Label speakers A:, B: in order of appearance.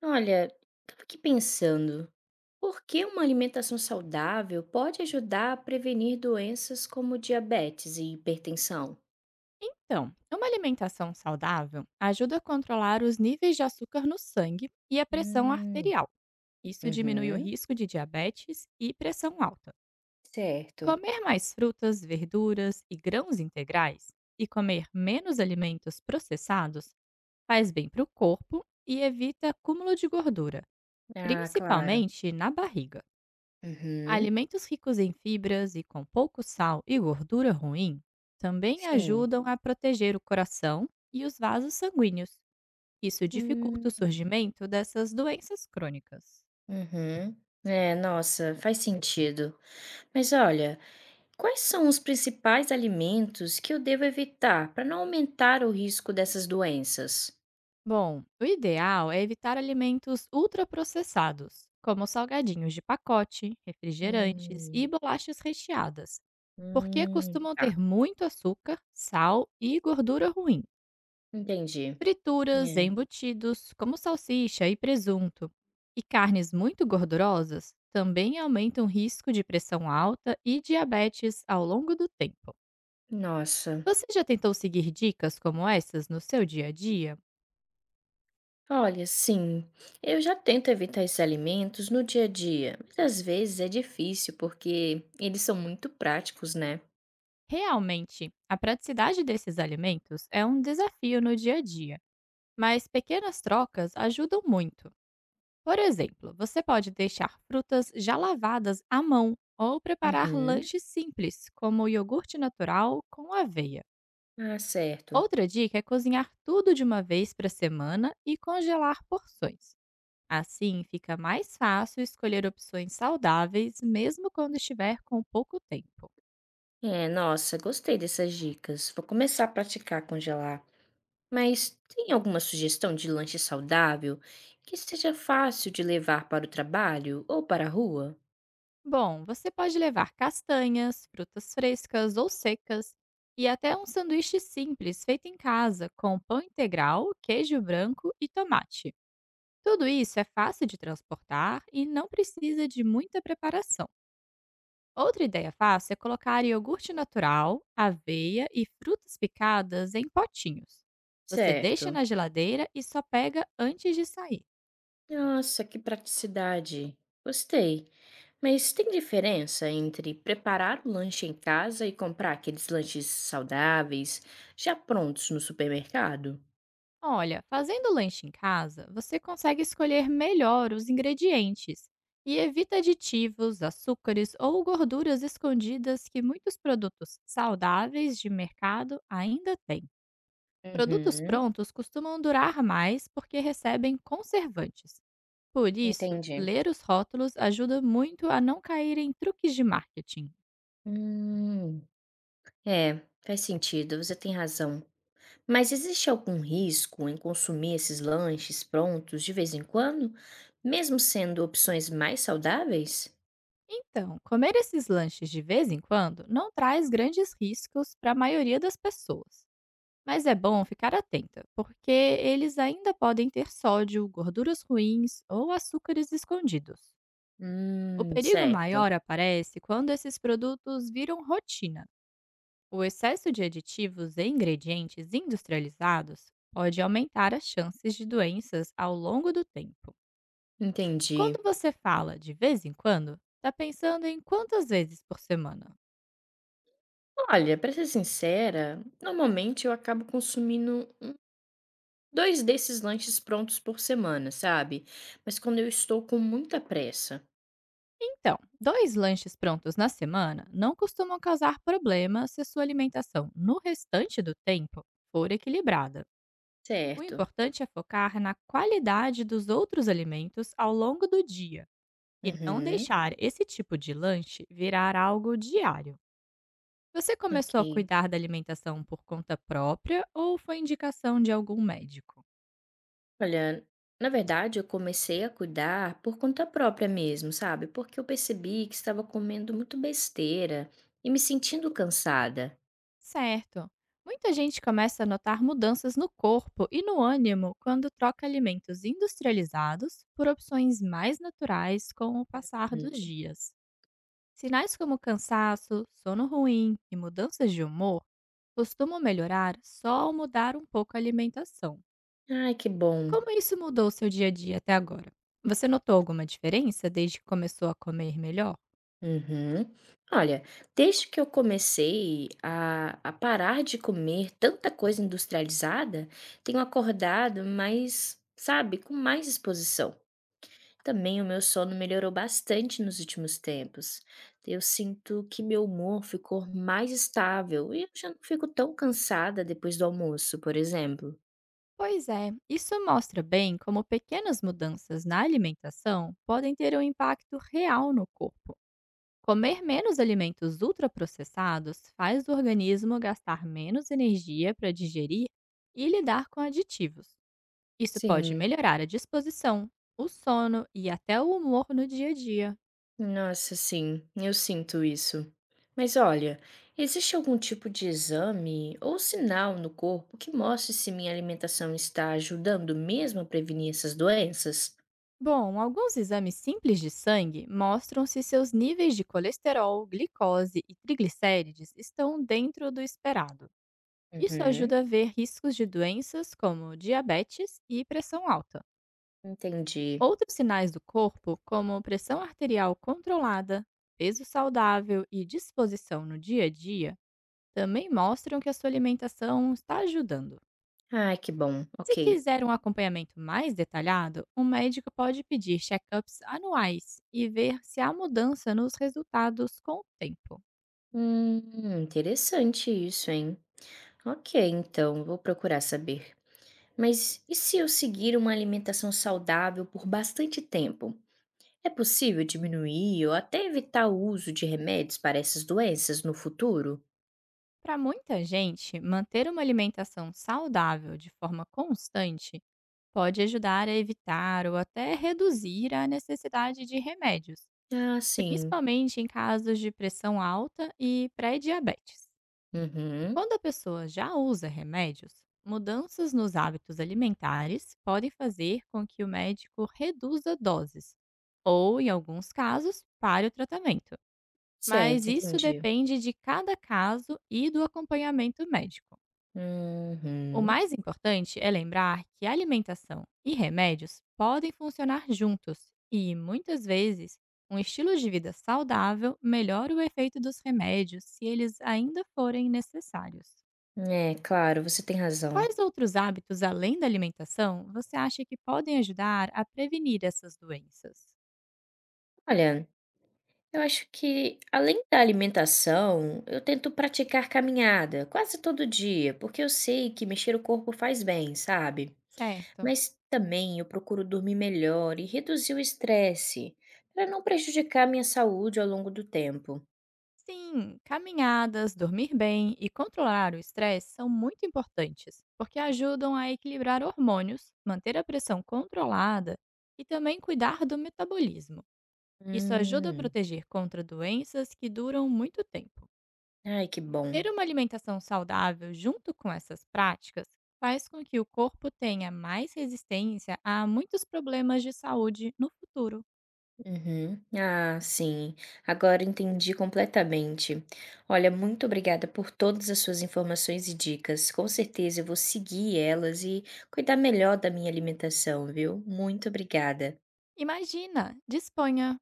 A: Olha, estava aqui pensando, por que uma alimentação saudável pode ajudar a prevenir doenças como diabetes e hipertensão?
B: Então, uma alimentação saudável ajuda a controlar os níveis de açúcar no sangue e a pressão
A: Hum,
B: arterial. Isso diminui o
A: uhum,
B: risco de diabetes e pressão alta.
A: certo.
B: Comer mais frutas, verduras e grãos integrais e comer menos alimentos processados faz bem para o corpo e evita acúmulo de gordura,
A: Ah, claro.
B: principalmente na barriga.
A: Uhum,
B: Alimentos ricos em fibras e com pouco sal e gordura ruim também
A: sim.
B: ajudam a proteger o coração e os vasos sanguíneos. Isso dificulta o
A: Hum,
B: surgimento dessas doenças crônicas.
A: uhum. É, nossa, faz sentido. Mas olha, quais são os principais alimentos que eu devo evitar para não aumentar o risco dessas doenças?
B: Bom, o ideal é evitar alimentos ultraprocessados, como salgadinhos de pacote, refrigerantes e
A: Hum,
B: bolachas recheadas, porque costumam
A: tá,
B: ter muito açúcar, sal e gordura ruim.
A: entendi.
B: Frituras,
A: É,
B: embutidos, como salsicha e presunto, e carnes muito gordurosas também aumentam o risco de pressão alta e diabetes ao longo do tempo.
A: nossa.
B: Você já tentou seguir dicas como essas no seu dia a dia?
A: Olha, sim, eu já tento evitar esses alimentos no dia a dia, mas às vezes é difícil porque eles são muito práticos, né?
B: Realmente, a praticidade desses alimentos é um desafio no dia a dia, mas pequenas trocas ajudam muito. Por exemplo, você pode deixar frutas já lavadas à mão ou preparar
A: Uhum.
B: lanches simples, como iogurte natural com aveia.
A: Ah, certo.
B: Outra dica é cozinhar tudo de uma vez para semana e congelar porções. Assim, fica mais fácil escolher opções saudáveis, mesmo quando estiver com pouco tempo.
A: É, nossa, gostei dessas dicas. Vou começar a praticar congelar. Mas tem alguma sugestão de lanche saudável que seja fácil de levar para o trabalho ou para a rua?
B: Bom, você pode levar castanhas, frutas frescas ou secas e até um sanduíche simples feito em casa com pão integral, queijo branco e tomate. Tudo isso é fácil de transportar e não precisa de muita preparação. Outra ideia fácil é colocar iogurte natural, aveia e frutas picadas em potinhos. Você deixa
A: Certo.
B: na geladeira e só pega antes de sair.
A: Nossa, que praticidade. Gostei. Mas tem diferença entre preparar o lanche em casa e comprar aqueles lanches saudáveis já prontos no supermercado?
B: Olha, fazendo lanche em casa, você consegue escolher melhor os ingredientes e evita aditivos, açúcares ou gorduras escondidas que muitos produtos saudáveis de mercado ainda têm. Produtos
A: Uhum,
B: prontos costumam durar mais porque recebem conservantes. Por isso,
A: entendi.
B: ler os rótulos ajuda muito a não cair em truques de marketing.
A: Hum, é, faz sentido, você tem razão. Mas existe algum risco em consumir esses lanches prontos de vez em quando, mesmo sendo opções mais saudáveis?
B: Então, comer esses lanches de vez em quando não traz grandes riscos para a maioria das pessoas. Mas é bom ficar atenta, porque eles ainda podem ter sódio, gorduras ruins ou açúcares escondidos. O perigo
A: Certo.
B: maior aparece quando esses produtos viram rotina. O excesso de aditivos e ingredientes industrializados pode aumentar as chances de doenças ao longo do tempo.
A: Entendi.
B: Quando você fala de vez em quando, tá pensando em quantas vezes por semana?
A: Olha, pra ser sincera, normalmente eu acabo consumindo dois desses lanches prontos por semana, sabe? Mas quando eu estou com muita pressa.
B: Então, 2 lanches prontos na semana não costumam causar problema se a sua alimentação no restante do tempo for equilibrada. O
A: Certo.
B: importante é focar na qualidade dos outros alimentos ao longo do dia e não
A: Uhum.
B: deixar esse tipo de lanche virar algo diário. Você começou a
A: Ok.
B: cuidar da alimentação por conta própria ou foi indicação de algum médico?
A: Olha, na verdade, eu comecei a cuidar por conta própria mesmo, sabe? Porque eu percebi que estava comendo muito besteira e me sentindo cansada.
B: Certo. Muita gente começa a notar mudanças no corpo e no ânimo quando troca alimentos industrializados por opções mais naturais com o passar dos
A: Hum.
B: dias. Sinais como cansaço, sono ruim e mudanças de humor costumam melhorar só ao mudar um pouco a alimentação.
A: Ai, que bom.
B: Como isso mudou seu dia a dia até agora? Você notou alguma diferença desde que começou a comer melhor?
A: Uhum. Olha, desde que eu comecei a parar de comer tanta coisa industrializada, tenho acordado mais, sabe, com mais disposição. Também o meu sono melhorou bastante nos últimos tempos. Eu sinto que meu humor ficou mais estável e eu já não fico tão cansada depois do almoço, por exemplo.
B: Pois é, isso mostra bem como pequenas mudanças na alimentação podem ter um impacto real no corpo. Comer menos alimentos ultraprocessados faz o organismo gastar menos energia para digerir e lidar com aditivos. Isso pode
A: Sim.
B: melhorar a disposição, o sono e até o humor no dia a dia.
A: Nossa, sim, eu sinto isso. Mas olha, existe algum tipo de exame ou sinal no corpo que mostre se minha alimentação está ajudando mesmo a prevenir essas doenças?
B: Bom, alguns exames simples de sangue mostram se seus níveis de colesterol, glicose e triglicérides estão dentro do esperado. Isso ajuda
A: Uhum,
B: a ver riscos de doenças como diabetes e pressão alta.
A: entendi.
B: Outros sinais do corpo, como pressão arterial controlada, peso saudável e disposição no dia a dia, também mostram que a sua alimentação está ajudando.
A: Ai, que bom, ok.
B: Se quiser um acompanhamento mais detalhado, um médico pode pedir check-ups anuais e ver se há mudança nos resultados com o tempo.
A: Interessante isso, hein? Ok, então, vou procurar saber. Mas e se eu seguir uma alimentação saudável por bastante tempo? É possível diminuir ou até evitar o uso de remédios para essas doenças no futuro?
B: Para muita gente, manter uma alimentação saudável de forma constante pode ajudar a evitar ou até reduzir a necessidade de remédios,
A: Ah, sim.
B: principalmente em casos de pressão alta e pré-diabetes.
A: Uhum.
B: Quando a pessoa já usa remédios, mudanças nos hábitos alimentares podem fazer com que o médico reduza doses ou, em alguns casos, pare o tratamento. Mas
A: Certo,
B: isso
A: entendi.
B: depende de cada caso e do acompanhamento médico. O
A: Uhum.
B: mais importante é lembrar que alimentação e remédios podem funcionar juntos e, muitas vezes, um estilo de vida saudável melhora o efeito dos remédios se eles ainda forem necessários.
A: É, claro, você tem razão.
B: Quais outros hábitos além da alimentação você acha que podem ajudar a prevenir essas doenças?
A: Olha, eu acho que além da alimentação, eu tento praticar caminhada quase todo dia, porque eu sei que mexer o corpo faz bem, sabe?
B: Certo.
A: Mas também eu procuro dormir melhor e reduzir o estresse, para não prejudicar minha saúde ao longo do tempo.
B: Sim, caminhadas, dormir bem e controlar o estresse são muito importantes, porque ajudam a equilibrar hormônios, manter a pressão controlada e também cuidar do metabolismo. Isso ajuda a
A: Hum.
B: proteger contra doenças que duram muito tempo.
A: Ai, que bom.
B: Ter uma alimentação saudável junto com essas práticas faz com que o corpo tenha mais resistência a muitos problemas de saúde no futuro.
A: Uhum. Ah, sim. Agora entendi completamente. Olha, muito obrigada por todas as suas informações e dicas. Com certeza eu vou seguir elas e cuidar melhor da minha alimentação, viu? Muito obrigada.
B: Imagina, disponha.